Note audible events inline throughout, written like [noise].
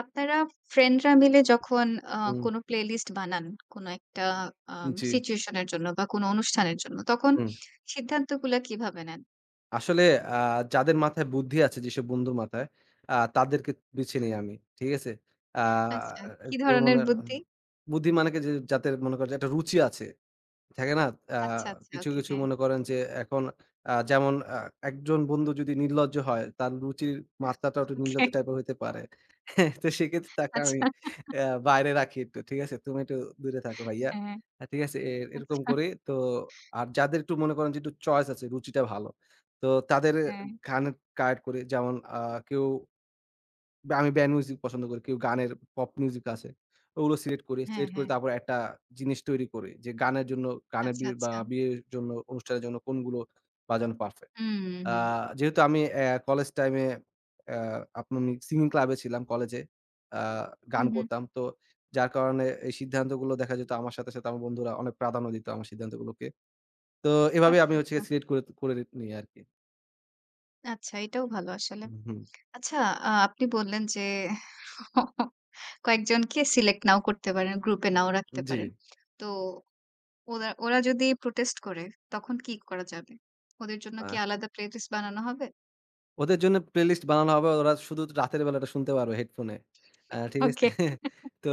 আপনারা ফ্রেন্ডরা মিলে যখন আ হুম, কোনো প্লেলিস্ট বানান, কোনো একটা জি, সিচুয়েশন এর জন্য বা কোনো অনুষ্ঠানের জন্য, তখন হুম। সিদ্ধান্তগুলা কিভাবে নেন? আসলে আ যাদের মাথায় বুদ্ধি আছে যেসব বন্ধুর মাথায়, তাদেরকে বেছে নেই আমি। ঠিক আছে? আ আচ্ছা, কি একটু মানে ধরনের বুদ্ধি? বুদ্ধিমানকে যে যাদের মনে করেন যে একটা রুচি আছে। থাকে না? আ আচ্ছা, আচ্ছা, কিছু, ওকে, কিছু হ্যাঁ, মনে করেন যে এখন যেমন একজন বন্ধু যদি নির্লজ্জ হয়, তার রুচির মাত্রাটাও একটু ওকে, নির্লজ্জ টাইপের হইতে পারে। [laughs] হ্যাঁ, তো সেক্ষেত্রে তাকে আমি আচ্ছা, আ বাইরে রাখি একটু। ঠিক আছে? "তুমি একটু দূরে থাকো ভাইয়া।" হ্যাঁ, ঠিক আছে? এরকম আচ্ছা, করি। তো আর যাদের একটু মনে করেন যে একটু চয়েস আছে, রুচিটা ভালো। তো তাদের হ্যাঁ, গানের গাইড করি। যেমন কেউ বা আমি ব্যান্ড মিউজিক পছন্দ করি। কেউ গানের পপ মিউজিক আছে। ওগুলো সিলেক্ট করি। হ্যাঁ, সিলেক্ট করে হ্যাঁ, তারপর একটা জিনিস তৈরি করি যে গানের জন্য গানের আচ্ছা, বিয়ে বা আচ্ছা, বিয়ের জন্য অনুষ্ঠানের জন্য কোনগুলো বাজানো পারফেক্ট। হুম, আ হুম, যেহেতু আমি কলেজ টাইমে অ্যা আপনার আমি সিঙ্গিং ক্লাবে ছিলাম কলেজে। আ হুম, গান হুম, করতাম। তো যার কারণে এই সিদ্ধান্তগুলো দেখা যেত আমার সাথে, সাথে আমার বন্ধুরা অনেক প্রাধান্য দিত আমার সিদ্ধান্তগুলোকে। তো এভাবে আচ্ছা, আমি হচ্ছে আচ্ছা, সিলেক্ট করে, করে নিই আরকি। আচ্ছা, এটাও ভালো আসলে। হুম, আচ্ছা, আপনি বললেন যে [laughs] কয়েকজনকে সিলেক্ট নাও করতে পারেন, গ্রুপে নাও রাখতে জি। পারেন। তো ওরা ওরা যদি প্রোটেস্ট করে, তখন কি করা যাবে? ওদের জন্য কি আলাদা প্লেলিস্ট বানানো হবে? ওদের জন্য প্লেলিস্ট বানানো হবে। ওরা শুধু রাতের বেলাটা শুনতে পারবে হেডফোনে। ঠিক আছে? ওকে। [laughs] তো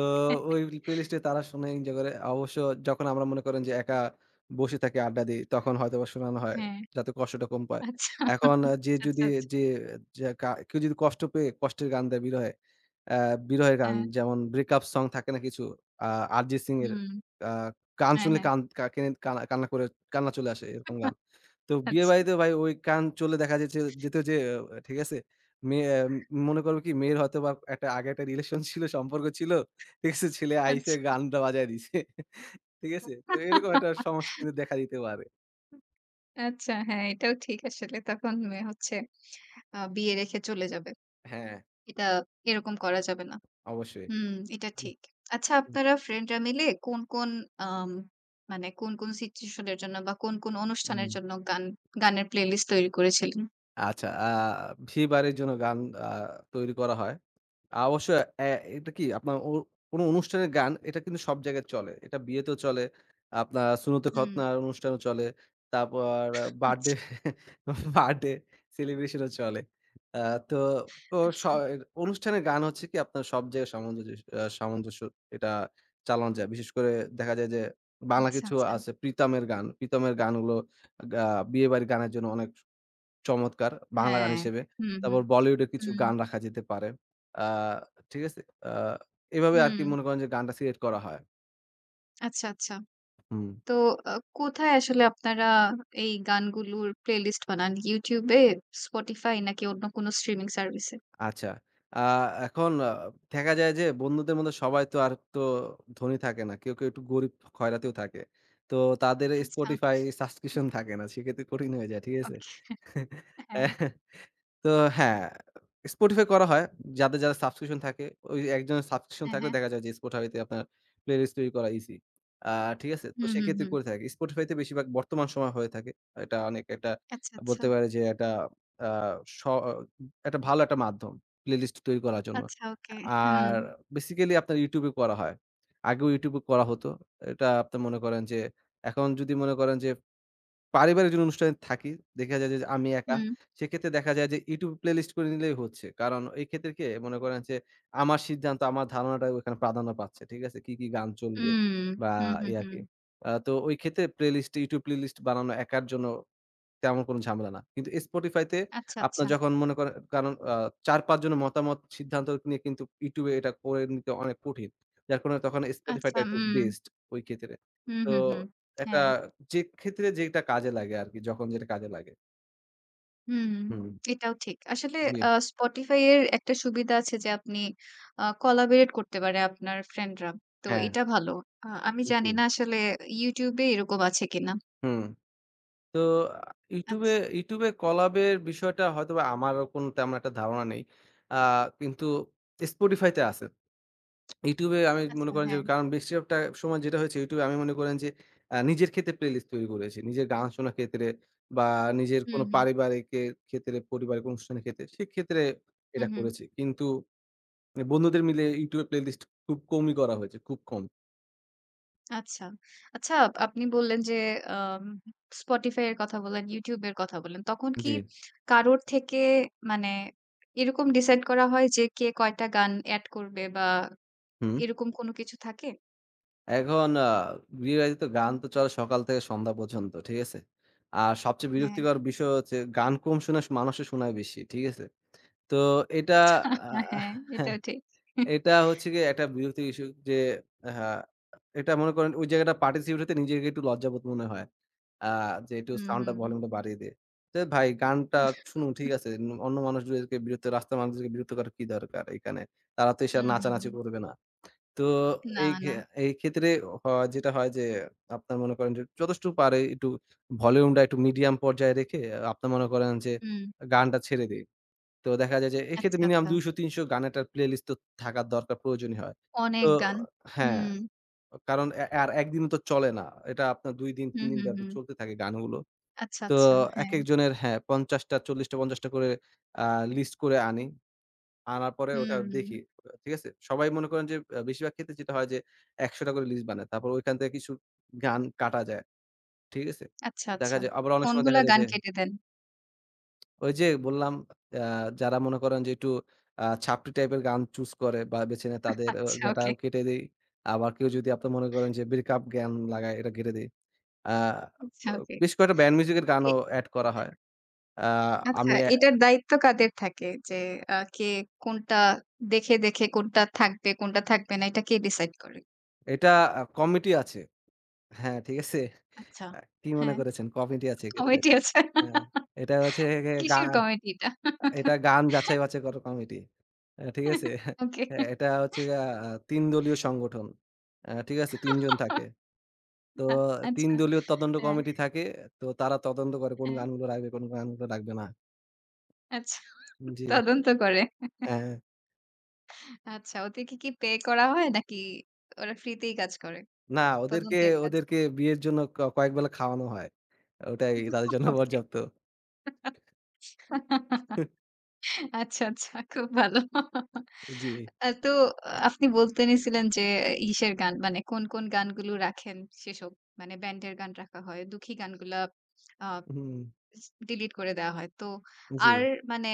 ওই প্লেলিস্টে তারা শুনে এনজয় করে। অবশ্য যখন আমরা মনে করেন যে একা বসে থাকি, আড্ডা দিই, তখন হয়তোবা শোনানো হয় হ্যাঁ, যাতে কষ্টটা কম পায়। আচ্ছা। এখন যে আচ্ছা, যদি আচ্ছা। যে যে কা কেউ যদি কষ্ট পেয়ে কষ্টের গান দেয় বিরহে, অ্যা বিরহের গান হ্যাঁ। যেমন ব্রেকআপ সং থাকে না কিছু আ 'আরজিৎ সিং' এর হুম, আ গান হ্যাঁ, শুনলে হ্যাঁ। কান কা কেনে কানা কান্না করে কান্না চলে আসে এরকম গান। তো বিয়ে আচ্ছা, বাড়িতে ভাই ওই কান চুলে দেখা যেত যে ঠিক আছে? মেয়ে মনে করব কি মেয়ের হয়তোবা একটা আগে একটা রিলেশন ছিল, সম্পর্ক ছিল। ঠিক আছে? ছেলে আইছে আচ্ছা। গানটা বাজায় দিছে। ঠিক আছে? তো এরকম একটা সমস্যা কিন্তু দেখা দিতে পারে। আচ্ছা, হ্যাঁ, এটাও ঠিক আসলে। তখন মে হচ্ছে আ বিয়ে রেখে চলে যাবে। হ্যাঁ, এটা এরকম করা যাবে না। অবশ্যই। হুম, এটা হুম, ঠিক। আচ্ছা, হুম। আপনারা ফ্রেন্ডরা মিলে কোন, কোন আম মানে কোন, কোন সিচুয়েশন এর জন্য বা কোন, কোন অনুষ্ঠানের হুম। জন্য গান গানের প্লেলিস্ট তৈরি করেছিলেন? আচ্ছা ভিবারের জন্য গান আ তৈরি করা হয়। অবশ্যই এটা কি আপনার কোনো অনুষ্ঠানের গান এটা কিন্তু সব জায়গায় চলে। এটা বিয়েতেও চলে, আপনার সুন্নতে হুম। খতনার অনুষ্ঠানেও চলে। তারপর বার্থডে, আচ্ছা, বার্থডে সেলিব্রেশন ও চলে। আ তো তো স আচ্ছা, অনুষ্ঠানের গান হচ্ছে কি আপনার সব জায়গায় সামঞ্জস্য এটা চালানো যায়। বিশেষ করে দেখা যায় যে বাংলা আচ্ছা, কিছু আচ্ছা। আছে প্রীতমের গান। প্রীতমের গানগুলো গা বিয়েবাড়ির গানের জন্য অনেক চমৎকার বাংলা গান হ্যাঁ। হিসেবে। হুম, হুম, তারপর বলিউডের কিছু হুম, গান রাখা যেতে পারে। আ ঠিক আছে? আ এভাবে আরকি হুম। মনে করেন যে গানটা সিলেক্ট করা হয়। আচ্ছা, আচ্ছা। হুম। তো আ কোথায় আসলে আপনারা এই গানগুলোর প্লেলিস্ট বানান? YouTube এ, Spotify নাকি অন্য কোনো স্ট্রিমিং সার্ভিসে? আচ্ছা। আ এখন দেখা যায় যে বন্ধুদের মধ্যে সবাই তো আর তো ধনী থাকে না। কেউ, কেউ একটু গরিব খয়রাতিও থাকে। তো তাদের আচ্ছা। Spotify সাবস্ক্রিপশন থাকে না। সেক্ষেত্রে কঠিন হয়ে যায়। ঠিক আছে? ওকে। হ্যাঁ, তো হ্যাঁ, Spotify করা হয়। যাদের, যাদের সাবস্ক্রিপশন থাকে, ওই একজনের সাবস্ক্রিপশন হ্যাঁ, থাকলে হ্যাঁ। দেখা যায় যে Spotify তে আপনার প্লেলিস্ট তৈরি করা ইজি। আ ঠিক আছে? তো হুম, হুম, সেক্ষেত্রে হুম। করে থাকি। Spotify তে বেশিরভাগ বর্তমান সময় হয়ে থাকে। এটা অনেক একটা আচ্ছা, আচ্ছা। বলতে পারে যে একটা আ স একটা ভালো একটা মাধ্যম প্লেলিস্ট তৈরি করার জন্য। আচ্ছা, ওকে। হুম, আর বেসিক্যালি আপনার YouTube এ করা হয়। আগেও YouTube এ করা হতো। এটা আপনি মনে করেন যে এখন যদি মনে করেন যে পারিবারিক যদি অনুষ্ঠানে থাকি, দেখা যায় যে আমি একা। হুম, সেক্ষেত্রে দেখা যায় যে YouTube playlist করে নিলেই হচ্ছে। কারণ এই ক্ষেত্রে কি মনে করেন যে আমার সিদ্ধান্ত, আমার ধারণাটা ওখানে প্রাধান্য পাচ্ছে। ঠিক আছে? কি, কি গান চলবে হুম, বা হুম, হুম, এই হুম। আরকি। তো ওই ক্ষেত্রে প্লেলিস্ট YouTube playlist বানানো একার জন্য তেমন কোনো ঝামেলা না। কিন্তু Spotify তে আচ্ছা, আপনার আচ্ছা। যখন মনে করেন কারণ ৪-৫ জনের মতামত সিদ্ধান্ত নিয়ে কিন্তু YouTube এ এটা করে নিতে অনেক কঠিন। যার কারণে তখন Spotify টা আচ্ছা, একটু হুম, বেস্ট ওই ক্ষেত্রে। হুম, তো হুম, হুম। এটা হ্যাঁ। যে ক্ষেত্রে যেটা কাজে লাগে আরকি, যখন যেটা কাজে লাগে। হুম, হুম, এটাও ঠিক। আসলে জি। Spotify এর একটা সুবিধা আছে যে আপনি collaborate করতে পারে আপনার ফ্রেন্ডরা। তো হ্যাঁ, এটা ভালো। আমি জি। জানি না আসলে YouTube এ এরকম আছে কিনা? হুম। তো আ YouTube এ আচ্ছা, YouTube এ collab এর বিষয়টা হয়তোবা আমারও কোনো তেমন একটা ধারণা নেই। আ কিন্তু Spotify তে আছে। YouTube এ আমি মনে আচ্ছা করেন যে হ্যাঁ। কারণ বেশিরভাগটা সময় যেটা হয়েছে YouTube এ আমি মনে করেন যে নিজের ক্ষেত্রে প্লেলিস্ট তৈরি করেছি। নিজের গান শোনার ক্ষেত্রে বা নিজের হুম, কোনো হুম, পারিবারিকের ক্ষেত্রে, পরিবারিক অনুষ্ঠানের ক্ষেত্রে, সেক্ষেত্রে এটা হুম, হুম। করেছি। কিন্তু বন্ধুদের মিলে YouTube এ প্লেলিস্ট খুব কমই করা হয়েছে, খুব কম। আচ্ছা। আচ্ছা আপনি বললেন যে আম Spotify এর কথা বললেন, YouTube এর কথা বললেন। তখন কি জি, কারোর থেকে মানে এরকম ডিসাইড করা হয় যে কে কয়টা গান এড করবে বা হুম। এরকম কোনো কিছু থাকে? এখন বিয়ে-বাড়িতে তো গান তো চলে সকাল থেকে সন্ধ্যা পর্যন্ত, ঠিক আছে? আর সবচেয়ে হ্যাঁ। বিরক্তিকর বিষয় হচ্ছে গান কম শোনা মানুষে শোনায় বেশি, ঠিক আছে? তো এটা হ্যাঁ, আ এটাও ঠিক। এটা হচ্ছে গিয়ে একটা বিরক্তির ইস্যু যে হ্যাঁ, এটা মনে করেন ওই জায়গাটা পার্টিসিপেট হতে নিজেকে একটু লজ্জাবোধ মনে হয়। আ যে একটু সাউন্ডটা হুম। ভলিউমটা বাড়িয়ে দে। তো ভাই গানটা শুনুন ঠিক আছে। অন্য মানুষগুলোকে বিরক্ত রাস্তার মানুষদেরকে বিরক্ত করার কি দরকার এখানে? তারা তো এসে আর হুম, হুম, নাচানাচি হুম। করবে না। তো না, এই খে না। এই ক্ষেত্রে হ যেটা হয় যে আপনার মনে করেন যে যথেষ্ট পারে একটু ভলিউমটা একটু মিডিয়াম পর্যায়ে রেখে আপনার মনে করেন যে হুম। গানটা ছেড়ে দেই। তো দেখা যায় যে এক্ষেত্রে আচ্ছা, মিনিমাম আচ্ছা। ২০০-৩০০ গানের একটা প্লেলিস্ট তো থাকার দরকার প্রয়োজনই হয়। তো অনেক গান। হ্যাঁ, হুম। কারণ এ আর একদিনে তো চলে না। এটা আপনার ২ দিন ৩ হুম, দিন হুম, ব্যাপী হুম। চলতে থাকে গানগুলো। আচ্ছা, তো আচ্ছা। হ্যাঁ। একেকজনের হ্যাঁ, ৫০ টা ৪০ টা ৫০ টা করে আ লিস্ট করে আনি। আনার পরে ওটা হুম। দেখি। ঠিক আছে? সবাই মনে করেন যে বেশিরভাগ ক্ষেত্রে যেটা হয় যে ১০০ টা করে লিস্ট বানায়। তারপর ঐখান থেকে কিছু গান কাটা যায়। ঠিক আছে? আচ্ছা, দেখা আচ্ছা। যায় আবার অনেক সময় কোনগুলা দেখা যায় গান যে কেটে দেন? ওই যে বললাম আ যারা মনে করেন যে একটু ছাপটি টাইপের গান চুজ করে বা বেছে নেয় তাদের আচ্ছা, ওকে। গাটাও কেটে দেই। আবার কেউ যদি আপনি মনে করেন যে ব্রেক আপ গান লাগায় এটা কেটে দেই। আ আচ্ছা, ওকে। বেশ কয়েকটা ব্যান্ড মিউজিক এর এ গানও এড করা হয়। আ আচ্ছা, আমি এটার দায়িত্ব কাদের থাকে? যে কে কোনটা দেখে, দেখে কোনটা থাকবে, কোনটা থাকবে না, এটা কে ডিসাইড করে? এটা কমিটি আছে। হ্যাঁ, ঠিক আছে? আচ্ছা। আ কি মনে হ্যাঁ, করেছেন? কমিটি আছে এক্ষেত্রে। কমিটি আছে। হ্যাঁ, এটা হচ্ছে গা কিসের কমিটি এটা? এটা গান যাচাই-বাছাই করা কমিটি। ঠিক আছে? [laughs] ওকে। হ্যাঁ, এটা হচ্ছে গিয়া ৩ দলীয় সংগঠন। ঠিক আছে? ৩ জন থাকে। তো আ ৩ আচ্ছা। দলীয় তদন্ত হ্যাঁ, কমিটি থাকে। তো তারা তদন্ত করে কোন হ্যাঁ। গানগুলো রাখবে, কোন গানগুলো রাখবে না। আচ্ছা জি। তদন্ত করে। হ্যাঁ। হ্যাঁ। আচ্ছা ওদেরকে কি পে করা হয় নাকি ওরা ফ্রিতেই কাজ করে? না ওদেরকে, তদন্তের কাজ। ওদেরকে বিয়ের জন্য কয়েক বেলা খাওয়ানো হয়। ওটাই তাদের জন্য [laughs] ওকে। পর্যাপ্ত। আচ্ছা, আচ্ছা খুব ভালো। জি। তো আপনি বলতে নিছিলেন যে গান মানে কোন, কোন গানগুলো রাখেন সেসব মানে ব্যান্ডের গান রাখা হয়। দুঃখী গানগুলা আ হুম, ডিলিট করে দেয়া হয়। তো জি। আর মানে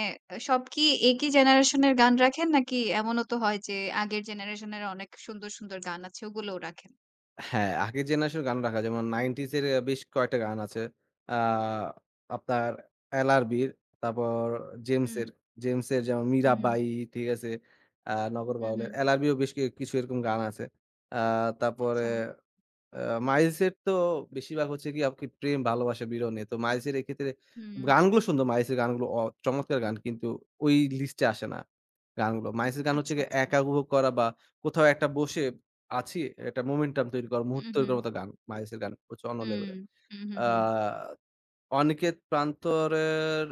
সব কি একই জেনারেশন এর গান রাখেন নাকি এমনও তো হয় যে আগের জেনারেশন এর অনেক সুন্দর, সুন্দর গান আছে ওগুলোও রাখেন? হ্যাঁ, আগের জেনারেশন গান রাখা যেমন 90s এর বেশ কয়েকটা গান আছে। আ আপনার এলআরবির, তারপর হুম, জেমসের, জেমসের যেমন হুম, 'মীরাবাই' ঠিক আছে? 'নগর হুম, বাউলের' হুম। এলআরবির ও বেশ কি কিছু এরকম গান আছে। আ তারপরে আচ্ছা। আ মাইলসের তো বেশিরভাগ হচ্ছে গিয়ে আপনি প্রেম, ভালোবাসা, বিরহ নিয়ে। তো মাইলসের এক্ষেত্রে হুম। গানগুলো সুন্দর, মাইলসের গানগুলো চমৎকার গান কিন্তু ওই লিস্টে আসে না গানগুলো। মাইলসের গান হচ্ছে আচ্ছা, গিয়ে আচ্ছা। একা উপভোগ করা বা কোথাও একটা বসে আছি একটা মোমেন্টাম তৈরি করা, মুহূর্ত হুম, তৈরি হুম। করার মতো গান। মাইলসের গান হচ্ছে অন্য হুম, লেভেলের। হুম, হুম, আ হুম। অনিকেত প্রান্তরের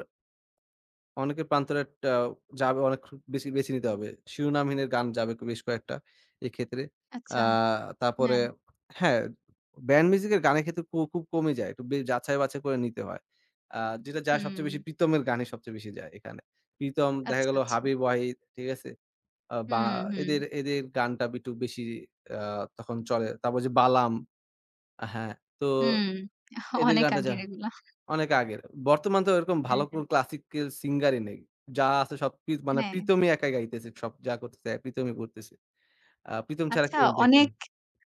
অনেকের প্রান্তরেরটা যাবে অনেক বেশি বেছে নিতে হবে। শিরোনামহীনের গান যাবে বেশ কয়েকটা এক্ষেত্রে। আ আচ্ছা। তারপরে হ্যাঁ। হ্যাঁ, ব্যান্ড মিউজিকের গানের ক্ষেত্রে খুব কমই যায়। একটু যাচাই-বাছাই করে নিতে হয়। আ যেটা যায় সবচেয়ে হুম। বেশি প্রীতমের গানই সবচেয়ে বেশি যায় এখানে। প্রীতম দেখা আচ্ছা, গেল আচ্ছা। হাবিব ওয়াহিদ, ঠিক আছে? বা হুম, হুম, এদের এদের গানটা একটু বেশি আ তখন চলে। তারপর যে বালাম হ্যাঁ, তো হুম। [laughs] এদের অনেক গানটা যা আগের এগুলা। অনেক আগের। বর্তমান তো এরকম হ্যাঁ, ভালো কোন হ্যাঁ। ক্লাসিক্যাল সিঙ্গারই নেই। যা আছে সব মানে হ্যাঁ। প্রিতমই একাই গাইতেছে। সব যা করতেছে প্রিতমই করতেছে। প্রিতম ছাড়া আচ্ছা কেউ দেখে অনেক, না।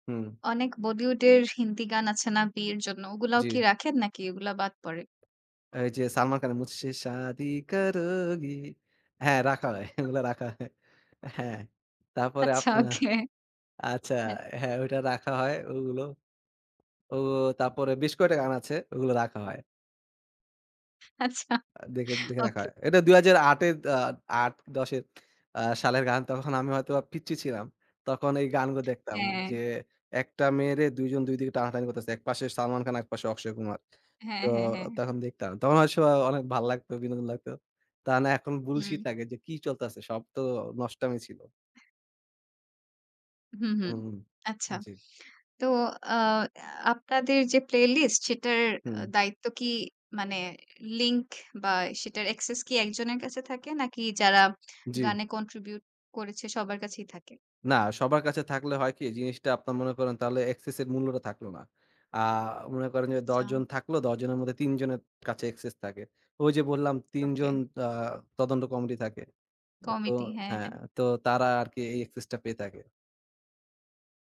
হুম, অনেক বলিউডের হিন্দি গান আছে না বিয়ের জন্য ওগুলাও জি। কি রাখেন নাকি ওগুলা বাদ পড়ে? এই যে সালমান খানের "মুঝসে শাদি করোগি" হ্যাঁ, রাখা হয়। ওগুলা রাখা হয়। হ্যাঁ, তারপরে আচ্ছা আপনার ওকে। আচ্ছা, হ্যাঁ, হ্যাঁ, ওইটা রাখা হয় ওগুলো। ও তারপরে বেশ কয়েকটা গান আছে ওগুলো রাখা হয়। আচ্ছা দেখে, দেখে রাখা ওকে। হয়। এটা ২০০৮ এর ৮-১০ এর সালের গান। তখন আমি হয়তোবা পিচ্চি ছিলাম। তখন এই গানগুলো দেখতাম হ্যাঁ, যে, একটা মেয়েরে ২ জন ২ দিকে টানাটানি করতেছে। একপাশে সালমান খান, একপাশে অক্ষয় কুমার। তো হ্যাঁ, হ্যাঁ, হ্যাঁ। তখন দেখতাম। তখন অবশ্য অনেক ভাল লাগতো, বিনোদন লাগতো। তা না এখন হুম, বুলশিট লাগে যে, কি চলতেছে? সব তো নষ্টামি ছিল। হুম, হুম। হুম, আচ্ছা। জি। তো আ আপনাদের যে প্লেলিস্ট সেটার হুম, দায়িত্ব কি মানে লিংক বা সেটার অ্যাক্সেস কি একজনের কাছে থাকে নাকি যারা জি। গানে কন্ট্রিবিউট করেছে সবার কাছেই থাকে? না, সবার কাছে থাকলে হয় কি জিনিসটা আপনার মনে করেন তাহলে access এর মূল্যটা থাকলো না। আ মনে করেন যে ১০ আচ্ছা, জন থাকলো ১০ জনের মধ্যে ৩ জনের কাছে access থাকে। ওই যে বললাম ৩ ওকে। জন আ তদন্ত কমিটি থাকে। তো কমিটি হ্যাঁ, হ্যাঁ, হ্যাঁ। তো তারা আরকি এই access টা পেয়ে থাকে।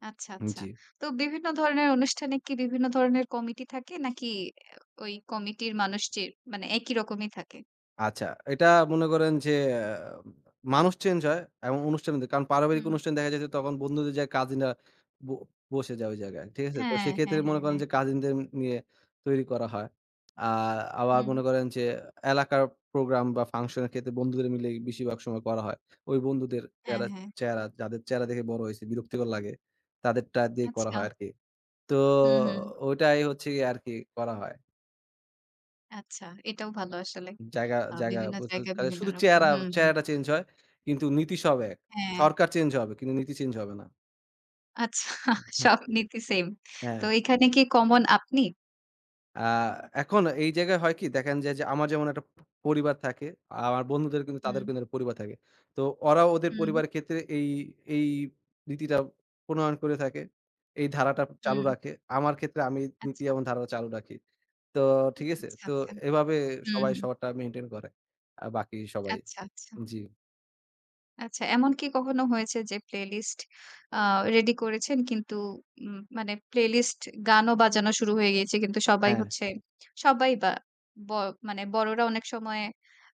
আচ্ছা, আচ্ছা। জি। তো বিভিন্ন ধরনের অনুষ্ঠানে কি বিভিন্ন ধরনের কমিটি থাকে নাকি আহ, ওই কমিটির মানুষটির মানে একই রকমই থাকে? আচ্ছা, এটা মনে করেন যে আ মানুষ চেঞ্জ হয় এবং অনুষ্ঠান কারণ পারিবারিক হুম। অনুষ্ঠান দেখা যায় যে তখন বন্ধুদের যায় কাজিনরা ব বসে যায় ওই জায়গায়। ঠিক আছে? তো হ্যাঁ, সেক্ষেত্রে হ্যাঁ, মনে হ্যাঁ, করেন হ্যাঁ। যে কাজিনদের নিয়ে তৈরি করা হয়। আ আবার হুম। মনে করেন যে এলাকার প্রোগ্রাম বা ফাংশন এর ক্ষেত্রে বন্ধুদের মিলে বেশিরভাগ সময় করা হয়। ওই বন্ধুদের হ্যাঁ, চেহারা হ্যাঁ। চেহারা যাদের চেহারা দেখে বড় হইছি, বিরক্তিকর লাগে। তাদেরটা দিয়ে করা আচ্ছা। হয় আরকি। তো হুম, হুম। ওটাই হচ্ছে গিয়ে আরকি করা হয়। আচ্ছা, এটাও ভালো আসলে। জায়গা, জায়গা বিভিন্ন জায়গায় কাজে বিভিন্ন শুধু রকম চেহারা, হুম, হুম। চেহারাটা চেঞ্জ হয়। কিন্তু নীতি সব এক। হ্যাঁ, সরকার চেঞ্জ হবে কিন্তু নীতি চেঞ্জ হবে না। আচ্ছা হুম। সব নীতি সেম। হ্যাঁ। তো এখানে কি কমন আপনি? আ এখন এই জায়গায় হয় কি দেখেন যে, যে আমার যেমন একটা পরিবার থাকে, আমার বন্ধুদের কিন্তু তাদের হুম, কিন্তু একটা পরিবার থাকে। তো ওরাও ওদের হুম, পরিবারের ক্ষেত্রে এই নীতিটা প্রণয়ন করে থাকে। এই ধারাটা চালু হুম। রাখে। আমার ক্ষেত্রে আমি নীতি আচ্ছা, এবং ধারাটা চালু রাখি। তো ঠিক আছে? আচ্ছা, তো আচ্ছা। এভাবে হুম, সবাই হুম। সবারটা মেইনটেইন করে। বাকি সবাই। আচ্ছা, আচ্ছা। জি। আচ্ছা, এমন কি কখনো হয়েছে যে প্লেলিস্ট আ রেডি করেছেন কিন্তু মানে প্লেলিস্ট গানও বাজানো শুরু হয়ে গিয়েছে কিন্তু সবাই হ্যাঁ, হচ্ছে সবাই বা ব মানে বড়রা অনেক সময়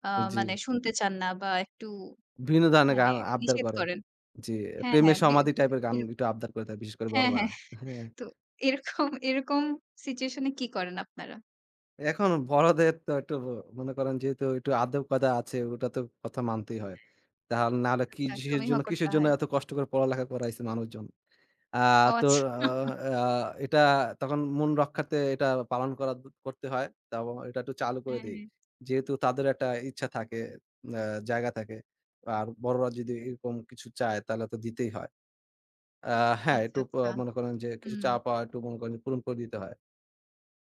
আ জি। মানে শুনতে চান না বা একটু বিভিন্ন ধরনের মানে গান আবদার নিষেধ করে। করেন। জি, হ্যাঁ, প্রেমের হ্যাঁ। বি সমাধি টাইপের গান এর একটু আবদার করে থাকে বিশেষ করে হ্যাঁ, বড়রা। হ্যাঁ। হ্যাঁ, তো এরকম, এরকম সিচুয়েশন এ কি করেন আপনারা? এখন বড়দের তো একটু মনে করেন যেহেতু একটু আদব কায়দা আছে ওটা তো কথা মানতেই হয়। তাহলে নাহলে আচ্ছা, কিসের সমীহ জন্য করতে কিসের জন্য হয়। এত কষ্ট করে পড়ালেখা করাইছে মানুষজন। আ ও তো আচ্ছা। আ আ এটা তখন মন রক্ষার্থে এটা পালন করা করতে হয়। তো এটা একটু চালু করে হ্যাঁ, দেই। হ্যাঁ। যেহেতু তাদের একটা ইচ্ছা থাকে, আ জায়গা থাকে। আর বড়রা যদি এরকম কিছু চায় তাহলে তো দিতেই হয়। আ হ্যাঁ, আচ্ছা, একটু আচ্ছা। মনে করেন যে কিছু হুম, পাওয়া একটু মনে করেন যে পূরণ করে দিতে হয়।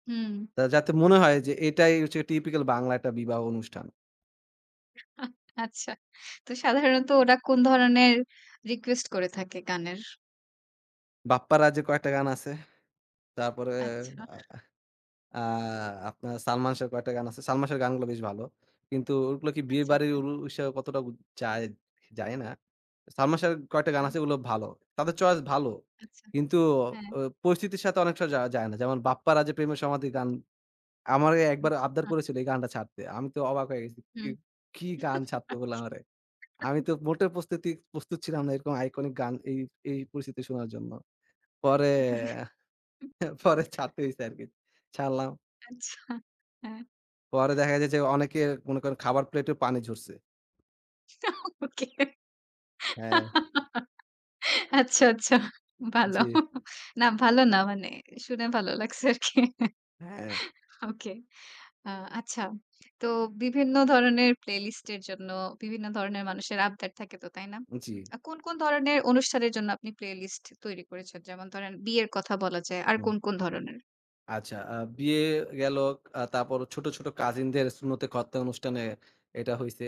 হুম। তা যাতে মনে হয় যে এটাই হচ্ছে টিপিক্যাল বাংলা একটা বিবাহ অনুষ্ঠান। আচ্ছা। তো সাধারণত ওরা কোন ধরনের রিকোয়েস্ট করে থাকে গানের? বাপ্পা রাজের কয়েকটা গান আছে। তারপরে আচ্ছা, আ আ আপনার সালমান শাহর কয়েকটা গান আছে। সালমান শাহর গানগুলো বেশ ভালো। কিন্তু ওগুলো কি আচ্ছা, বিয়েবাড়ির আচ্ছা, অনুষ্ঠানে কতটা যায়, যায় না। সালমান শাহর কয়েকটা গান আচ্ছা, আছে ওগুলো ভালো। তাদের চয়েস ভালো। আচ্ছা। কিন্তু হ্যাঁ, পরিস্থিতির সাথে অনেকটা যা যায় না। যেমন বাপ্পা রাজের 'প্রেমের সমাধি' গান আমারে একবার আবদার আচ্ছা। করেছিল এই গানটা ছাড়তে। আমি তো অবাক হয়ে গেছি। কি, হুম। কি গান ছাড়তে বলল আচ্ছা, আমারে। আমি তো মোটেও প্রস্তুতি প্রস্তুত ছিলাম না এরকম আইকনিক গান এই, এই পরিস্থিতি শোনার জন্য। পরে [laughs] পরে ছাড়তে হইছে আরকি। ছাড়লাম। আচ্ছা, হ্যাঁ। পরে দেখা যায় যে অনেকে মনে করেন খাবার প্লেটে পানি ঝরছে। [laughs] ওকে। হ্যাঁ, আচ্ছা, আচ্ছা। ভালো। জি, না ভালো না মানে শুনে ভালো লাগছে আরকি। হ্যাঁ, ওকে। আ আচ্ছা। তো বিভিন্ন ধরনের প্লেলিস্ট এর জন্য বিভিন্ন ধরনের মানুষের আবদার থাকে তো, তাই না? জি। কোন, কোন ধরনের অনুষ্ঠানের জন্য আপনি প্লেলিস্ট তৈরি করেছেন? যেমন ধরেন বিয়ের কথা বলা যায়। আর হুম। কোন, কোন ধরনের? আচ্ছা, বিয়ে গেল, তারপর ছোট, ছোট কাজিনদের সুন্নতে খতনা অনুষ্ঠানে এটা হইছে।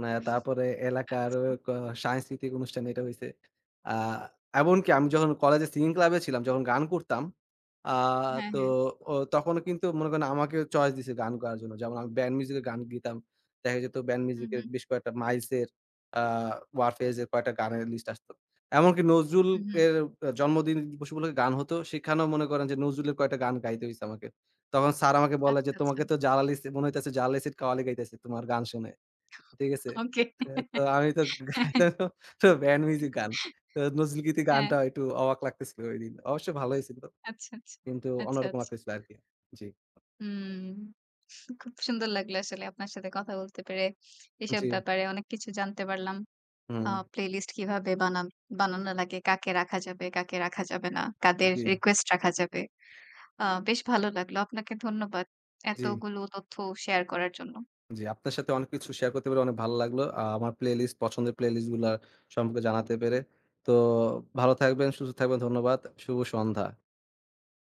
না তারপরে এলাকার আচ্ছা। ক সাংস্কৃতিক অনুষ্ঠানে এটা হইছে। আ এমনকি আমি যখন কলেজে সিঙ্গিং ক্লাবে ছিলাম, যখন গান করতাম, আ হ্যাঁ, তো হ্যাঁ। ও তখনও কিন্তু মনে করেন আমাকে চয়েস দিছে গান করার জন্য। যেমন আমি ব্যান্ড মিউজিকের গান গেতাম। দেখা যেত ব্যান্ড হু, মিউজিকের হু, বেশ কয়েকটা 'মাইলস' এর আ 'ওয়ারফেজ' এর কয়েকটা গানের লিস্ট আসতো। এমনকি নজরুল হু, হু। এর জন্মদিন দিবস উপলক্ষে গান হতো। সেখানেও মনে করেন যে নজরুলের কয়েকটা গান গাইতে হইছে আমাকে। তখন স্যার আমাকে বলে আচ্ছা, যে, আচ্ছা। "তোমাকে তো জালালি সি মনে হইতেছে জালালি সিড কাওয়ালি গাইতেছে তোমার গান শুনে।" ঠিক আছে? ওকে। এ তো আমি তো হ্যাঁ, হ্যাঁ। গাইতাম তো ব্যান্ড মিউজিক গান। তো নজরুল গীতি হ্যাঁ। গানটা একটু অবাক লাগতেছিল ঐদিন। অবশ্য ভালোই ছিল। আচ্ছা, আচ্ছা। কিন্তু আচ্ছা, অন্যরকম আচ্ছা। লাগতেছিল আরকি। জি, হুম। খুব সুন্দর লাগলো আসলে আপনার সাথে কথা বলতে পেরে। এসব জি। ব্যাপারে অনেক কিছু জানতে পারলাম। হুম। প্লেলিস্ট কিভাবে বানান বানানো লাগে, কাকে রাখা যাবে, কাকে রাখা যাবে না, কাদের জি, রিকোয়েস্ট রাখা যাবে। বেশ ভালো লাগলো। আপনাকে ধন্যবাদ। জি। এতগুলো তথ্য শেয়ার করার জন্য। জি, আপনার সাথে অনেক কিছু শেয়ার করতে পেরে অনেক ভালো লাগলো। আমার প্লেলিস্ট পছন্দের প্লেলিস্ট গুলা সম্পর্কে জানাতে পেরে। তো ভালো থাকবেন, সুস্থ থাকবেন। ধন্যবাদ। শুভ সন্ধ্যা।